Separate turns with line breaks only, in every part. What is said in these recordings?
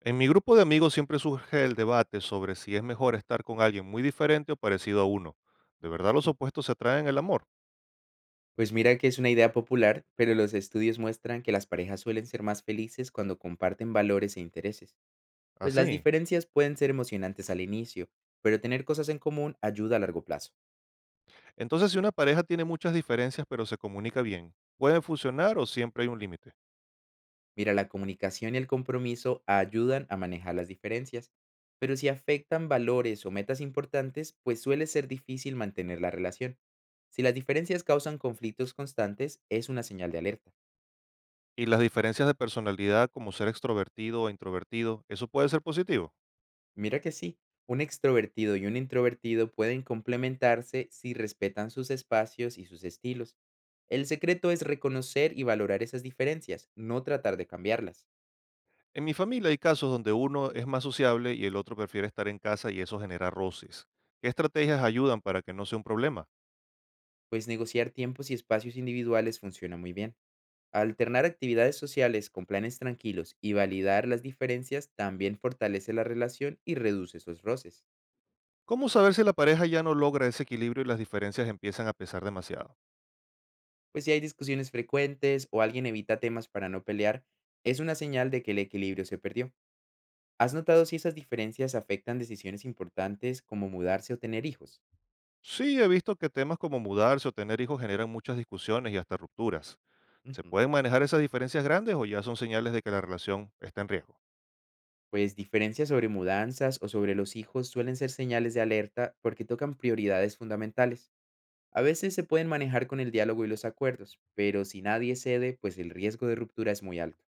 En mi grupo de amigos siempre surge el debate sobre si es mejor estar con alguien muy diferente o parecido a uno. ¿De verdad los opuestos se atraen en el amor?
Pues mira que es una idea popular, pero los estudios muestran que las parejas suelen ser más felices cuando comparten valores e intereses. Pues las
Así.
diferencias pueden ser emocionantes al inicio, pero tener cosas en común ayuda a largo plazo.
Entonces, si una pareja tiene muchas diferencias pero se comunica bien, ¿pueden funcionar o siempre hay un límite?
Mira, la comunicación y el compromiso ayudan a manejar las diferencias, pero si afectan valores o metas importantes, pues suele ser difícil mantener la relación. Si las diferencias causan conflictos constantes, es una señal de alerta.
Y las diferencias de personalidad, como ser extrovertido o introvertido, ¿eso puede ser positivo?
Mira que sí, un extrovertido y un introvertido pueden complementarse si respetan sus espacios y sus estilos. El secreto es reconocer y valorar esas diferencias, no tratar de cambiarlas,
En mi familia hay casos donde uno es más sociable y el otro prefiere estar en casa y eso genera roces. ¿Qué estrategias ayudan para que no sea un problema?
pues negociar tiempos y espacios individuales funciona muy bien. Alternar actividades sociales con planes tranquilos y validar las diferencias también fortalece la relación y reduce esos roces.
¿Cómo saber si la pareja ya no logra ese equilibrio y las diferencias empiezan a pesar demasiado?
Pues si hay discusiones frecuentes o alguien evita temas para no pelear, es una señal de que el equilibrio se perdió. ¿Has notado si esas diferencias afectan decisiones importantes como mudarse o tener hijos?
Sí, he visto que temas como mudarse o tener hijos generan muchas discusiones y hasta rupturas. ¿Se
Ujú.
pueden manejar esas diferencias grandes o ya son señales de que la relación está en riesgo?
Pues diferencias sobre mudanzas o sobre los hijos suelen ser señales de alerta porque tocan prioridades fundamentales. A veces se pueden manejar con el diálogo y los acuerdos, pero si nadie cede, pues el riesgo de ruptura es muy alto.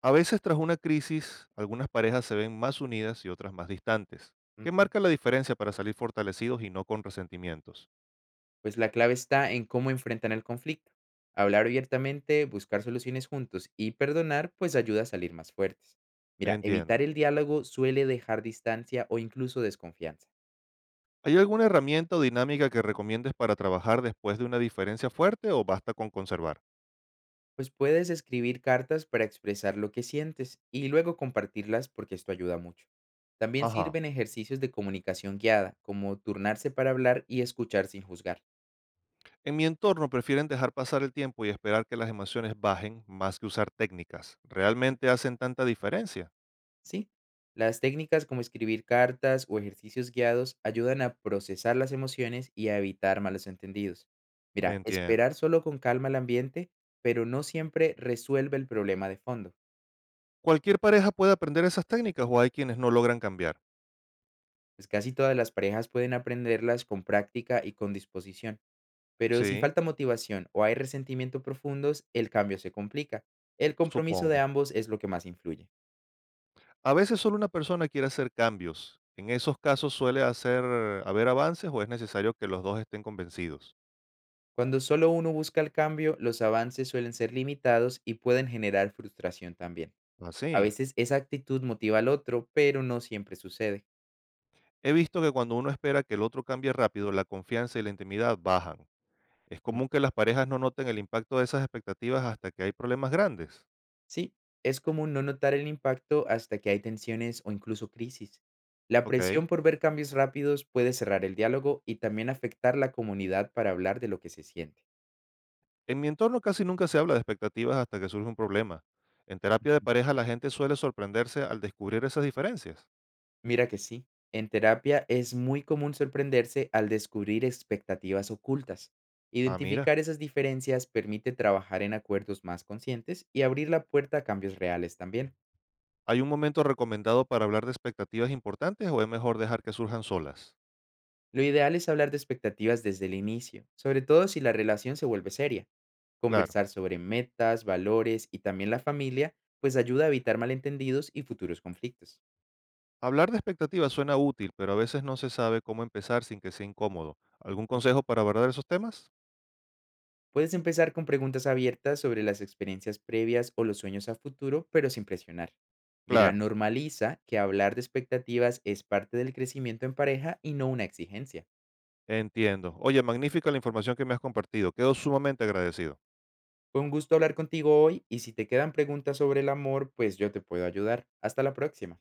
A veces tras una crisis, algunas parejas se ven más unidas y otras más distantes. ¿Qué
Ujú.
marca la diferencia para salir fortalecidos y no con resentimientos?
Pues la clave está en cómo enfrentan el conflicto. Hablar abiertamente, buscar soluciones juntos y perdonar, pues ayuda a salir más fuertes. Mira, evitar
Entiendo.
el diálogo suele dejar distancia o incluso desconfianza.
¿Hay alguna herramienta o dinámica que recomiendes para trabajar después de una diferencia fuerte o basta con conservar?
Pues puedes escribir cartas para expresar lo que sientes y luego compartirlas porque esto ayuda mucho. También
Ajá.
sirven ejercicios de comunicación guiada, como turnarse para hablar y escuchar sin juzgar.
En mi entorno prefieren dejar pasar el tiempo y esperar que las emociones bajen más que usar técnicas. ¿Realmente hacen tanta diferencia?
Sí, las técnicas como escribir cartas o ejercicios guiados ayudan a procesar las emociones y a evitar malos entendidos. Mira,
Entiendo.
esperar solo con calma el ambiente, pero no siempre resuelve el problema de fondo,
¿Cualquier pareja puede aprender esas técnicas o hay quienes no logran cambiar?
pues casi todas las parejas pueden aprenderlas con práctica y con disposición. Pero si
Sí,
falta motivación o hay resentimiento profundos, el cambio se complica. El compromiso de
supongo.
ambos es lo que más influye.
A veces solo una persona quiere hacer cambios. ¿En esos casos suele hacer haber avances o es necesario que los dos estén convencidos?
Cuando solo uno busca el cambio, los avances suelen ser limitados y pueden generar frustración también. A
Así.
veces esa actitud motiva al otro, pero no siempre sucede.
He visto que cuando uno espera que el otro cambie rápido, la confianza y la intimidad bajan. Es
Mm.
común que las parejas no noten el impacto de esas expectativas hasta que hay problemas grandes.
Sí, es común no notar el impacto hasta que hay tensiones o incluso crisis. La
Ok.
presión por ver cambios rápidos puede cerrar el diálogo y también afectar la comunidad para hablar de lo que se siente.
En mi entorno casi nunca se habla de expectativas hasta que surge un problema. En terapia de pareja la gente suele sorprenderse al descubrir esas diferencias.
Mira que sí, en terapia es muy común sorprenderse al descubrir expectativas ocultas.
Ah, mira,
Identificar esas diferencias permite trabajar en acuerdos más conscientes y abrir la puerta a cambios reales también.
¿hay un momento recomendado para hablar de expectativas importantes o es mejor dejar que surjan solas?
Lo ideal es hablar de expectativas desde el inicio, sobre todo si la relación se vuelve seria.
Claro,
Conversar sobre metas, valores y también la familia, pues ayuda a evitar malentendidos y futuros conflictos.
hablar de expectativas suena útil, pero a veces no se sabe cómo empezar sin que sea incómodo. ¿Algún consejo para abordar esos temas?
Puedes empezar con preguntas abiertas sobre las experiencias previas o los sueños a futuro, pero sin presionar. Mira,
Claro,
normaliza que hablar de expectativas es parte del crecimiento en pareja y no una exigencia.
entiendo. Oye, magnífica la información que me has compartido. Quedo sumamente agradecido.
Fue un gusto hablar contigo hoy y si te quedan preguntas sobre el amor, pues yo te puedo ayudar. Hasta la próxima.